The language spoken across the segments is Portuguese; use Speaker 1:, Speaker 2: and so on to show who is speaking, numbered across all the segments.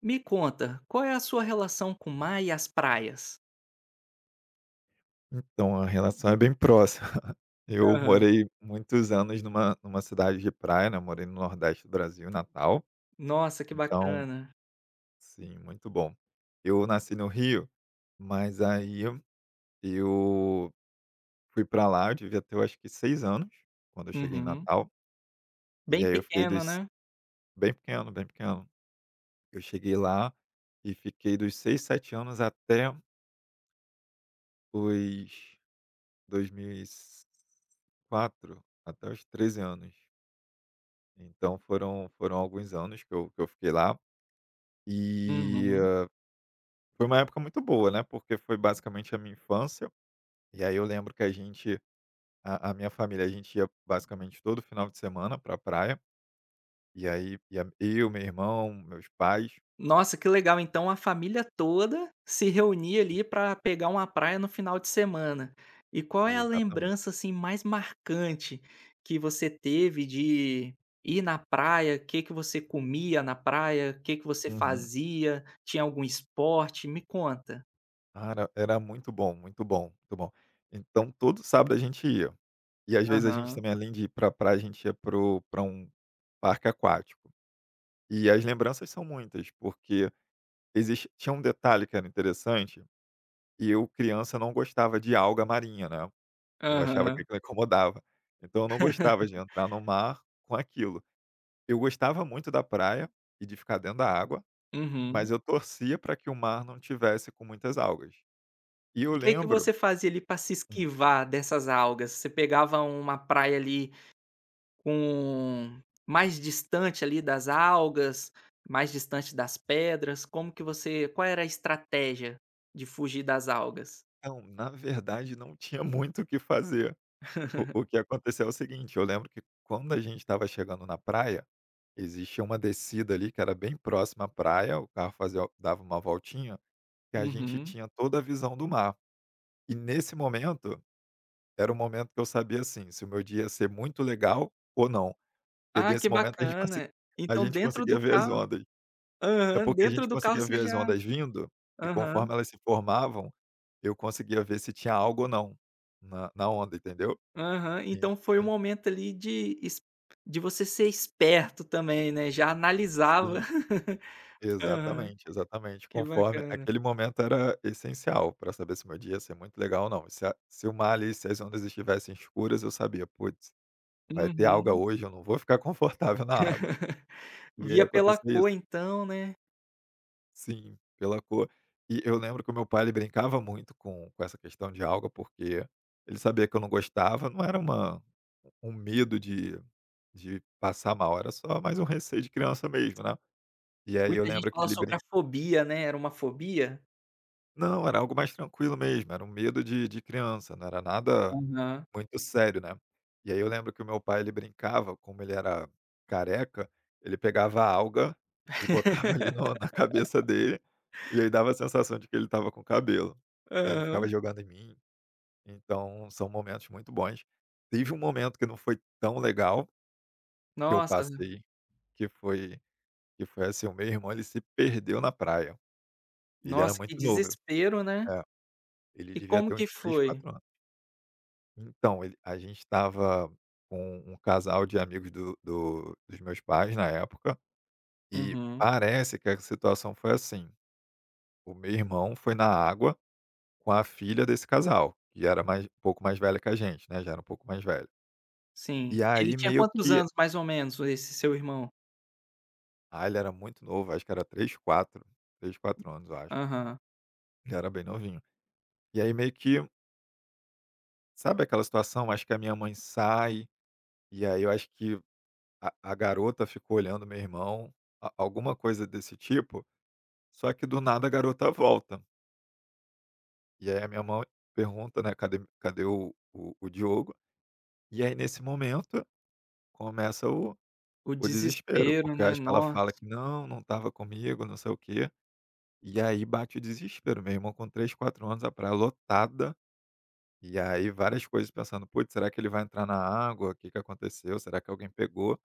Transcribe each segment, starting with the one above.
Speaker 1: Me conta, qual é a sua relação com o mar e as praias?
Speaker 2: Então, a relação é bem próxima. Eu
Speaker 1: Aham.
Speaker 2: morei muitos anos numa cidade de praia, né, eu morei no nordeste do Brasil, em Natal,
Speaker 1: Nossa, que
Speaker 2: então
Speaker 1: bacana.
Speaker 2: sim, muito bom. Eu nasci no Rio, mas aí eu fui para lá, eu devia ter eu acho que 6 anos, quando eu cheguei em
Speaker 1: Uhum.
Speaker 2: Natal, e
Speaker 1: Bem
Speaker 2: aí eu fiquei
Speaker 1: pequeno,
Speaker 2: dos
Speaker 1: né?
Speaker 2: bem pequeno, bem pequeno. Eu cheguei lá e fiquei dos 6 7 anos até os 2004 até os 13 anos. Então foram alguns anos que eu fiquei lá e
Speaker 1: Uhum.
Speaker 2: foi uma época muito boa, né, porque foi basicamente a minha infância. E aí eu lembro que a gente a minha família, a gente ia basicamente todo final de semana pra praia, e aí ia eu, meu irmão, meus pais.
Speaker 1: Nossa, que legal, então a família toda se reunia ali para pegar uma praia no final de semana. E qual é a
Speaker 2: Exatamente.
Speaker 1: lembrança, assim, mais marcante que você teve de ir na praia? O que que você comia na praia? O que que você
Speaker 2: Uhum.
Speaker 1: fazia? Tinha algum esporte? Me conta.
Speaker 2: Ah, era muito bom, muito bom, muito bom. Então todo sábado a gente ia. E às vezes a gente
Speaker 1: Aham.
Speaker 2: também, além de ir pra praia, a gente ia para pra um parque aquático. E as lembranças são muitas, porque Existe tinha um detalhe que era interessante, e eu criança não gostava de alga marinha, né, eu achava que
Speaker 1: Aham.
Speaker 2: aquilo incomodava, então eu não gostava de entrar no mar com aquilo. Eu gostava muito da praia e de ficar dentro da água, mas
Speaker 1: Uhum.
Speaker 2: eu torcia para que o mar não tivesse com muitas algas. E eu
Speaker 1: E o que que
Speaker 2: lembro.
Speaker 1: você fazia ali pra se
Speaker 2: hum,
Speaker 1: esquivar dessas algas? Você pegava uma praia ali com mais distante ali das algas, mais distante das pedras, como que você qual era a estratégia de fugir das algas?
Speaker 2: então, na verdade não tinha muito o que fazer. O que aconteceu é o seguinte: eu lembro que quando a gente estava chegando na praia, existia uma descida ali que era bem próxima à praia, o carro fazia dava uma voltinha, que a gente
Speaker 1: Uhum.
Speaker 2: tinha toda a visão do mar. E nesse momento, era o momento que eu sabia, assim, se o meu dia ia ser muito legal ou não, porque
Speaker 1: Ah, que
Speaker 2: nesse momento
Speaker 1: bacana.
Speaker 2: a
Speaker 1: Então
Speaker 2: gente
Speaker 1: dentro
Speaker 2: conseguia
Speaker 1: do
Speaker 2: ver as
Speaker 1: carro,
Speaker 2: ondas. É
Speaker 1: aham,
Speaker 2: porque a
Speaker 1: dentro
Speaker 2: gente
Speaker 1: do carro
Speaker 2: conseguia
Speaker 1: você
Speaker 2: ver as
Speaker 1: já,
Speaker 2: ondas vindo, e
Speaker 1: aham,
Speaker 2: conforme elas se formavam, eu conseguia ver se tinha algo ou não na onda, entendeu?
Speaker 1: aham.
Speaker 2: En
Speaker 1: Então foi um
Speaker 2: en
Speaker 1: momento ali de você ser esperto também, né, já analisava.
Speaker 2: Sim.
Speaker 1: Aham,
Speaker 2: Exatamente, exatamente.
Speaker 1: que
Speaker 2: Conforme
Speaker 1: bacana.
Speaker 2: aquele momento era essencial para saber se meu dia ia ser muito legal ou não. Se o mar ali, se as ondas estivessem escuras, eu sabia: "Puts, vai ter alga
Speaker 1: Uhum.
Speaker 2: hoje, eu não vou ficar confortável na água". E aí
Speaker 1: Via pela
Speaker 2: aconteceu isso.
Speaker 1: cor então, né.
Speaker 2: Sim, pela cor. E eu lembro que o meu pai, ele brincava muito com essa questão de alga, porque ele sabia que eu não gostava, não era uma um medo de passar mal, era só mais um receio de criança mesmo, né. E aí eu
Speaker 1: Muita gente
Speaker 2: lembro que
Speaker 1: fala
Speaker 2: ele
Speaker 1: sobre a
Speaker 2: brin
Speaker 1: fobia, né, era uma fobia?
Speaker 2: não, era algo mais tranquilo mesmo, era um medo de criança, não era nada
Speaker 1: Aham.
Speaker 2: muito sério, né. E aí eu lembro que o meu pai, ele brincava, como ele era careca, ele pegava a alga e botava ali no na cabeça dele, e aí dava a sensação de que ele estava com cabelo. Aí ele ficava
Speaker 1: Aham.
Speaker 2: jogando em mim, então são momentos muito bons. Teve um momento que não foi tão legal, que eu
Speaker 1: Nossa,
Speaker 2: passei, que foi que foi assim: o meu irmão, ele se perdeu na praia, e ele era
Speaker 1: nossa,
Speaker 2: muito
Speaker 1: que
Speaker 2: novo.
Speaker 1: desespero, né.
Speaker 2: É, ele
Speaker 1: E
Speaker 2: devia ter
Speaker 1: como que
Speaker 2: uns 3,
Speaker 1: foi?
Speaker 2: 4 anos. Então, ele a gente estava com um casal de amigos do do dos meus pais na época, e
Speaker 1: Uhum,
Speaker 2: parece que a situação foi assim: o meu irmão foi na água com a filha desse casal, que era mais um pouco mais velha que a gente, né, já era um pouco mais velha.
Speaker 1: sim.
Speaker 2: E
Speaker 1: Ele
Speaker 2: aí
Speaker 1: tinha
Speaker 2: meio
Speaker 1: quantos
Speaker 2: que
Speaker 1: anos mais ou menos, esse seu irmão?
Speaker 2: ele era muito novo, acho que era 3, 4, 3, 4 anos, eu acho.
Speaker 1: Aham.
Speaker 2: Ele era bem novinho. E aí meio que, sabe aquela situação, acho que a minha mãe sai, e aí eu acho que a garota ficou olhando meu irmão, a alguma coisa desse tipo, só que do nada a garota volta. E aí a minha mãe pergunta, né: "Cadê o Diogo?" E aí nesse momento começa o
Speaker 1: O
Speaker 2: o desespero,
Speaker 1: desespero,
Speaker 2: porque eu
Speaker 1: né,
Speaker 2: acho que ela
Speaker 1: nossa.
Speaker 2: fala que: "Não, não estava comigo, não sei o quê". E aí bate o desespero, meu irmão com 3, 4 anos, a praia lotada, e aí várias coisas pensando: "Putz, será que ele vai entrar na água? O que que aconteceu? Será que alguém pegou?"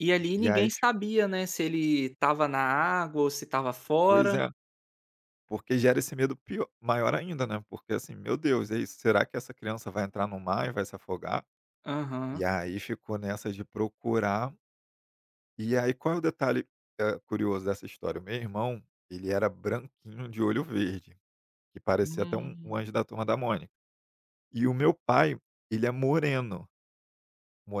Speaker 1: E ali
Speaker 2: E
Speaker 1: ninguém
Speaker 2: aí fi
Speaker 1: sabia, né, se ele estava na água ou se estava
Speaker 2: pois
Speaker 1: fora.
Speaker 2: é. Porque gera esse medo pior, maior ainda, né, porque assim: "Meu Deus, é isso, será que essa criança vai entrar no mar e vai se afogar?". E
Speaker 1: Aham.
Speaker 2: aí ficou nessa de procurar. E aí qual é o detalhe, curioso dessa história? O meu irmão, ele era branquinho de olho verde, que parecia até um
Speaker 1: Hum.
Speaker 2: anjo da Turma da Mônica. E o meu pai, ele é moreno,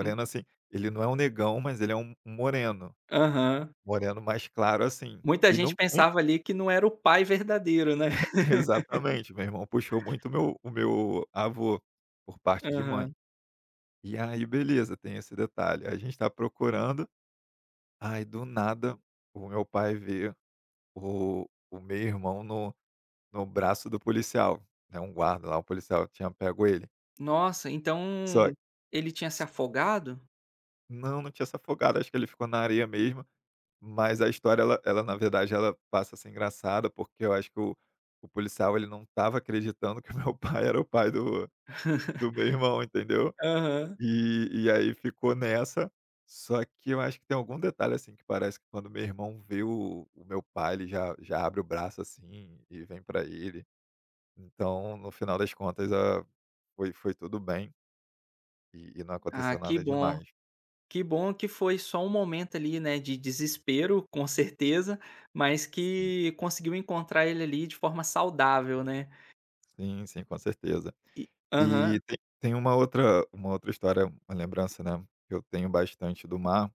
Speaker 1: Hum.
Speaker 2: assim, ele não é um negão, mas ele é um moreno,
Speaker 1: Aham.
Speaker 2: moreno mais claro assim.
Speaker 1: Muita
Speaker 2: E
Speaker 1: gente
Speaker 2: não tem.
Speaker 1: pensava ali que não era o pai verdadeiro, né.
Speaker 2: Exatamente, meu irmão puxou muito meu o meu avô, por parte de mãe.
Speaker 1: Aham.
Speaker 2: E aí, beleza, tem esse detalhe. A gente tá procurando, aí do nada o meu pai vê o, o meu irmão no braço do policial, né? Um guarda lá, um policial tinha pego ele.
Speaker 1: Nossa,
Speaker 2: Só
Speaker 1: então ele tinha se
Speaker 2: s-
Speaker 1: afogado?
Speaker 2: não, não tinha se afogado, acho que ele ficou na areia mesmo. Mas a história, ela na verdade, ela passa a ser engraçada, porque eu acho que o policial, ele não tava acreditando que o meu pai era o pai do meu irmão, entendeu?
Speaker 1: Aham.
Speaker 2: E aí ficou nessa, só que eu acho que tem algum detalhe, assim, que parece que quando meu irmão vê o meu pai, ele já já abre o braço, assim, e vem pra ele. Então, no final das contas, foi tudo bem e não
Speaker 1: Ah,
Speaker 2: aconteceu
Speaker 1: que
Speaker 2: nada
Speaker 1: bom.
Speaker 2: demais.
Speaker 1: Que bom que foi só um momento ali, né, de desespero, com certeza, mas
Speaker 2: Sim.
Speaker 1: que conseguiu encontrar ele ali de forma saudável, né.
Speaker 2: Sim, sim, com certeza.
Speaker 1: E aham,
Speaker 2: E tem uma outra história, uma lembrança, né, que eu tenho bastante do mar.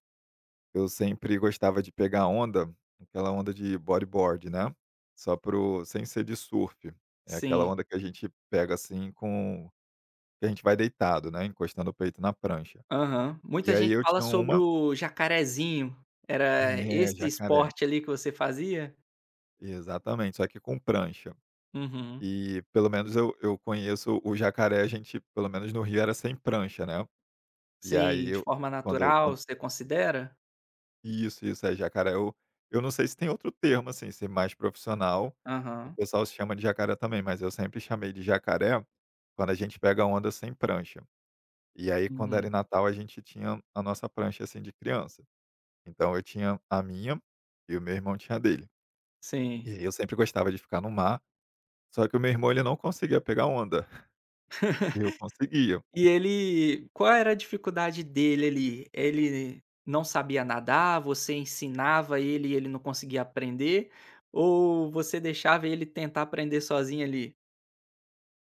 Speaker 2: Eu sempre gostava de pegar onda, aquela onda de bodyboard, né, só pro sem ser de surf. É aquela
Speaker 1: sim.
Speaker 2: onda que a gente pega, assim, com que a gente vai deitado, né, encostando o peito na prancha.
Speaker 1: Aham.
Speaker 2: E
Speaker 1: Muita
Speaker 2: aí
Speaker 1: gente
Speaker 2: eu
Speaker 1: fala
Speaker 2: tinha
Speaker 1: sobre
Speaker 2: uma
Speaker 1: o jacarezinho. Era
Speaker 2: É,
Speaker 1: esse
Speaker 2: jacaré.
Speaker 1: esporte ali que você fazia?
Speaker 2: Exatamente, só que com prancha.
Speaker 1: Uhum.
Speaker 2: E pelo menos eu conheço o jacaré, a gente pelo menos no Rio era sem prancha, né. E aí
Speaker 1: Sim, de
Speaker 2: eu
Speaker 1: forma
Speaker 2: quando
Speaker 1: natural,
Speaker 2: quan
Speaker 1: você considera?
Speaker 2: Isso, isso. É jacaré. Eu não sei se tem outro termo, assim, ser mais profissional, o
Speaker 1: Aham.
Speaker 2: pessoal se chama de jacaré também, mas eu sempre chamei de jacaré quando a gente pega onda sem prancha. E aí, quando era
Speaker 1: Uhum.
Speaker 2: em Natal, a gente tinha a nossa prancha, assim, de criança. Então eu tinha a minha e o meu irmão tinha a dele.
Speaker 1: Sim.
Speaker 2: E aí eu sempre gostava de ficar no mar, só que o meu irmão, ele não conseguia pegar onda, eu conseguia.
Speaker 1: E ele qual era a dificuldade dele ali? Ele não sabia nadar, você ensinava ele e ele não conseguia aprender, ou você deixava ele tentar aprender sozinho ali?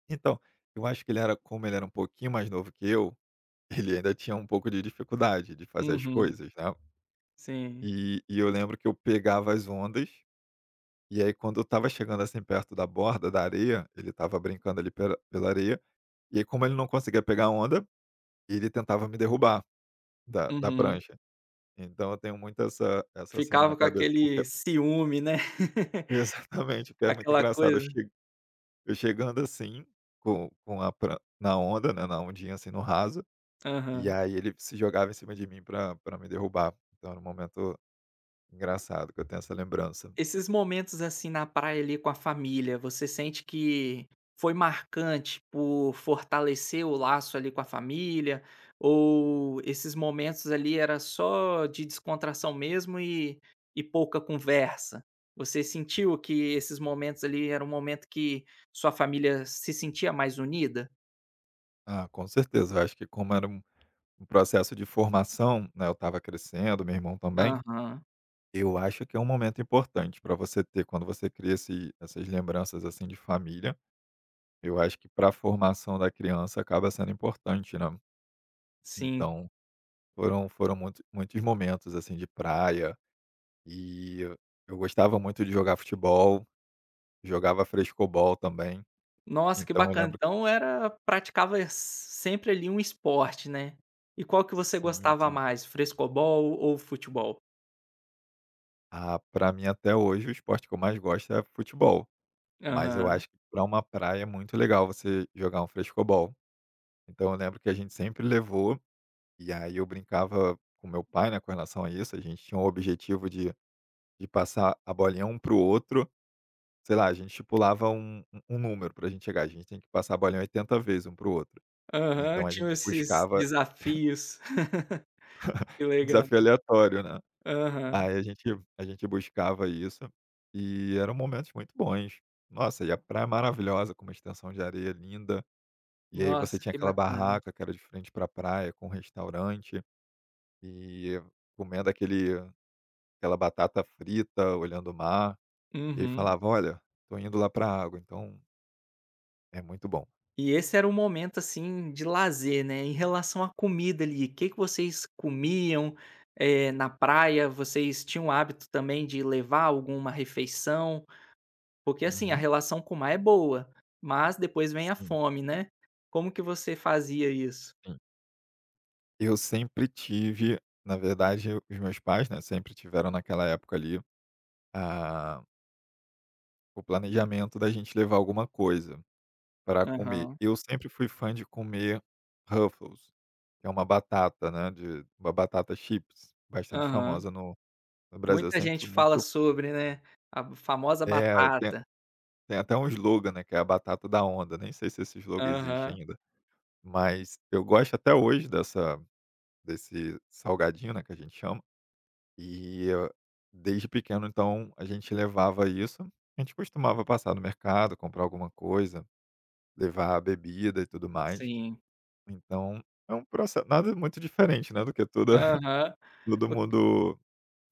Speaker 2: Então, eu acho que ele era como ele era um pouquinho mais novo que eu, ele ainda tinha um pouco de dificuldade de fazer as
Speaker 1: Uhum,
Speaker 2: coisas, né.
Speaker 1: sim.
Speaker 2: E eu lembro que eu pegava as ondas, e aí quando eu estava chegando, assim, perto da borda da areia, ele estava brincando ali pela areia, e aí como ele não conseguia pegar a onda, ele tentava me derrubar da
Speaker 1: Uhum.
Speaker 2: prancha. Então eu tenho muito essa cena na
Speaker 1: Ficava com
Speaker 2: cabeça, porque
Speaker 1: aquele ciúme, né.
Speaker 2: exatamente, porque é muito
Speaker 1: Aquela
Speaker 2: engraçado,
Speaker 1: coisa.
Speaker 2: eu chegando assim, com a pran na onda, né, na ondinha, assim, no raso, e
Speaker 1: Aham.
Speaker 2: aí ele se jogava em cima de mim pra me derrubar. Então era um momento engraçado que eu tenho essa lembrança.
Speaker 1: Esses momentos, assim, na praia, ali, com a família, você sente que foi marcante por fortalecer o laço, ali, com a família? Ou esses momentos, ali, era só de descontração mesmo e pouca conversa? Você sentiu que esses momentos, ali, era um momento que sua família se sentia mais unida?
Speaker 2: Ah, com certeza, eu acho que como era um um processo de formação, né, eu estava crescendo, meu irmão também.
Speaker 1: Aham,
Speaker 2: Eu acho que é um momento importante para você ter quando você cria esse essas lembranças, assim, de família. Eu acho que pra formação da criança acaba sendo importante, né.
Speaker 1: sim.
Speaker 2: Então, foram muitos momentos, assim, de praia, e eu gostava muito de jogar futebol, jogava frescobol também.
Speaker 1: Nossa, que
Speaker 2: Então eu
Speaker 1: bacana.
Speaker 2: lembro
Speaker 1: Então era praticava s sempre ali um esporte, né. E qual que você
Speaker 2: Sim,
Speaker 1: gostava
Speaker 2: sim.
Speaker 1: mais, frescobol ou futebol?
Speaker 2: Ah, para mim até hoje o esporte que eu mais gosto é futebol. Mas eu
Speaker 1: Aham.
Speaker 2: acho que para uma praia é muito legal você jogar um frescobol. Então eu lembro que a gente sempre levou, e aí eu brincava com meu pai, né, com relação a isso, a gente tinha o objetivo de passar a bolinha um para o outro. Sei lá, a gente estipulava um número pra gente chegar, a gente tem que passar a bolinha 80 vezes um para o outro.
Speaker 1: Aham,
Speaker 2: Então a
Speaker 1: tinham
Speaker 2: gente
Speaker 1: esses
Speaker 2: buscava
Speaker 1: desafios. Que legal.
Speaker 2: desafio aleatório, né.
Speaker 1: Aham.
Speaker 2: Aí a gente buscava isso, e eram momentos muito bons. Nossa, e a praia é maravilhosa, com uma extensão de areia linda. E aí você
Speaker 1: Nossa,
Speaker 2: tinha
Speaker 1: que
Speaker 2: aquela
Speaker 1: bacana.
Speaker 2: barraca que era de frente pra praia, com um restaurante, e comendo aquele aquela batata frita, olhando o mar, e aí
Speaker 1: Uhum.
Speaker 2: falava: "Olha, tô indo lá pra água", então é muito bom.
Speaker 1: E esse era o momento, assim, de lazer, né. Em relação à comida ali, o que que vocês comiam, na praia? Vocês tinham o hábito também de levar alguma refeição? Porque, assim, a
Speaker 2: Uhum.
Speaker 1: relação com o mar é boa, mas depois vem a
Speaker 2: Sim,
Speaker 1: fome, né. Como que você fazia isso?
Speaker 2: sim. Eu sempre tive, na verdade, os meus pais, né, sempre tiveram naquela época ali, ah, o planejamento da gente levar alguma coisa para comer.
Speaker 1: Aham,
Speaker 2: Eu sempre fui fã de comer Ruffles, que é uma batata, né, de uma batata chips, bastante
Speaker 1: aham.
Speaker 2: famosa no Brasil. Eu
Speaker 1: Muita
Speaker 2: sempre fui
Speaker 1: gente fala
Speaker 2: muito
Speaker 1: sobre, né, a famosa
Speaker 2: é, tem
Speaker 1: batata.
Speaker 2: tem até um slogan, né, que é a batata da onda, nem sei se esse slogan existe
Speaker 1: Aham,
Speaker 2: ainda. Mas eu gosto até hoje dessa desse salgadinho, né, que a gente chama, e desde pequeno, então, a gente levava isso. A gente costumava passar no mercado, comprar alguma coisa, levar bebida e tudo mais.
Speaker 1: sim.
Speaker 2: Então, é um processo nada muito diferente, né, do que toda
Speaker 1: Aham.
Speaker 2: todo
Speaker 1: O
Speaker 2: mundo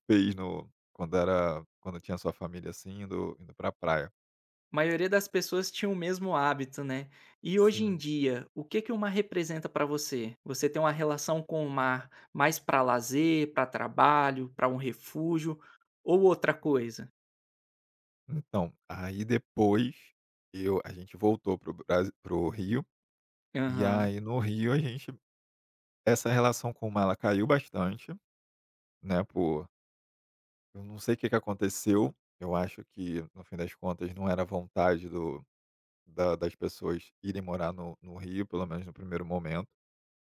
Speaker 2: fez no quando tinha sua família, assim, indo pra praia.
Speaker 1: A maioria das pessoas tinha o mesmo hábito, né. E hoje em
Speaker 2: Sim.
Speaker 1: dia, o que que o mar representa para você? Você tem uma relação com o mar mais para lazer, para trabalho, para um refúgio ou outra coisa?
Speaker 2: Então, aí depois eu a gente voltou pro Brasil, pro Rio, e
Speaker 1: Aham,
Speaker 2: aí no Rio a gente essa relação com o mar, ela caiu bastante, né, por, eu não sei o que que aconteceu, eu acho que no fim das contas não era vontade do da das pessoas irem morar no Rio, pelo menos no primeiro momento.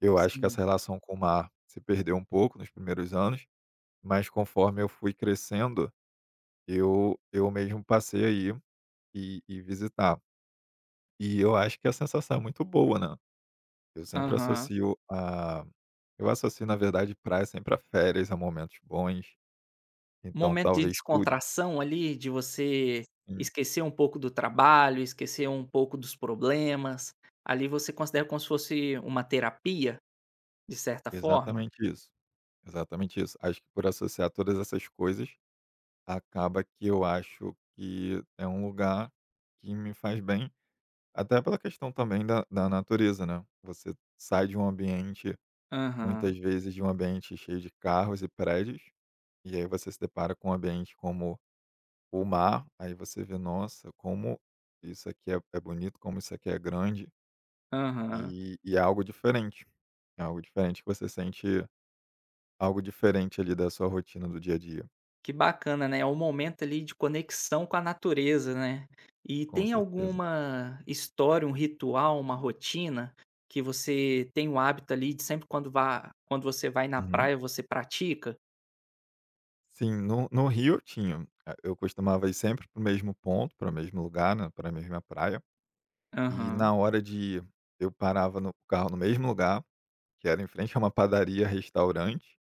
Speaker 2: Eu acho que essa
Speaker 1: sim.
Speaker 2: relação com o mar se perdeu um pouco nos primeiros anos, mas conforme eu fui crescendo, eu mesmo passei aí e visitar. E eu acho que a sensação é muito boa, né. Eu sempre
Speaker 1: Aham.
Speaker 2: associo a eu associo, na verdade, praia sempre a férias, a momentos bons, então
Speaker 1: Momento de
Speaker 2: talvez por isso.
Speaker 1: descontração ali, de você
Speaker 2: Sim,
Speaker 1: esquecer um pouco do trabalho, esquecer um pouco dos problemas. Ali você considera como se fosse uma terapia, de certa forma?
Speaker 2: exatamente isso, exatamente isso. Acho que por associar todas essas coisas, acaba que eu acho que é um lugar que me faz bem. Até pela questão também da natureza, né. Você sai de um ambiente,
Speaker 1: Aham,
Speaker 2: muitas vezes de um ambiente cheio de carros e prédios, e aí você se depara com um ambiente como o mar, aí você vê: "Nossa, como isso aqui é bonito, como isso aqui é grande",
Speaker 1: aham.
Speaker 2: e é algo diferente. É algo diferente que você sente, algo diferente ali da sua rotina do dia a dia,
Speaker 1: Que bacana, né, é um momento ali de conexão com a natureza, né. E
Speaker 2: com
Speaker 1: tem
Speaker 2: certeza.
Speaker 1: alguma história, um ritual, uma rotina, que você tem o hábito ali de sempre quando você vai na
Speaker 2: Uhum.
Speaker 1: praia, você pratica?
Speaker 2: Sim, no Rio eu tinha. Eu costumava ir sempre para o mesmo ponto, para o mesmo lugar, né, para a mesma praia. E
Speaker 1: Aham,
Speaker 2: na hora de, eu parava o carro no mesmo lugar, que era em frente a uma padaria-restaurante,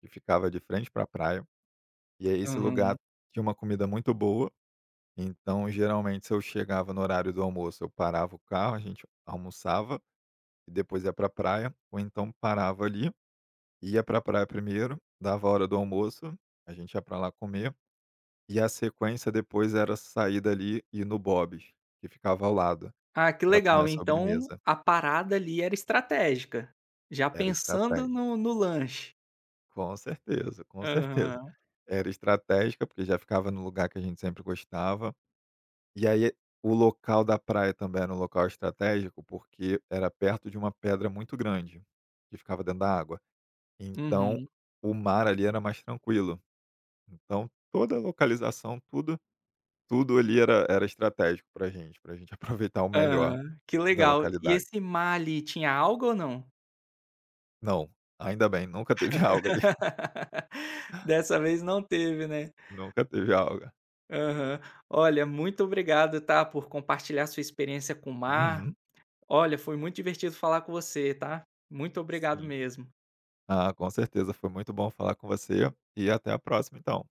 Speaker 2: que ficava de frente para a praia, e aí esse lugar
Speaker 1: aham.
Speaker 2: tinha uma comida muito boa, então geralmente se eu chegava no horário do almoço, eu parava o carro, a gente almoçava e depois ia para a praia, ou então parava ali, ia para a praia primeiro, dava a hora do almoço, a gente ia para lá comer, e a sequência depois era sair dali e ir no Bob's, que ficava ao lado,
Speaker 1: Ah, que
Speaker 2: para comer a
Speaker 1: legal. Então
Speaker 2: sobremesa.
Speaker 1: a parada ali era estratégica, já
Speaker 2: Era
Speaker 1: pensando
Speaker 2: estratégia.
Speaker 1: no lanche.
Speaker 2: Com certeza, com certeza.
Speaker 1: Aham.
Speaker 2: Era estratégica, porque já ficava no lugar que a gente sempre gostava. E aí, o local da praia também era um local estratégico, porque era perto de uma pedra muito grande, que ficava dentro da água. Então,
Speaker 1: Uhum.
Speaker 2: o mar ali era mais tranquilo. Então, toda a localização, tudo, tudo ali era, era estratégico pra gente aproveitar o melhor
Speaker 1: Hã. Que
Speaker 2: da
Speaker 1: legal. E
Speaker 2: localidade.
Speaker 1: esse mar ali tinha alga ou não?
Speaker 2: Não, ainda bem, nunca teve alga ali.
Speaker 1: Dessa vez não teve, né.
Speaker 2: Nunca teve alga.
Speaker 1: Aham. Olha, muito obrigado, tá, por compartilhar sua experiência com o mar.
Speaker 2: Uhum.
Speaker 1: Olha, foi muito divertido falar com você, tá. Muito obrigado
Speaker 2: Sim.
Speaker 1: mesmo.
Speaker 2: Ah, com certeza. Foi muito bom falar com você e até a próxima, então.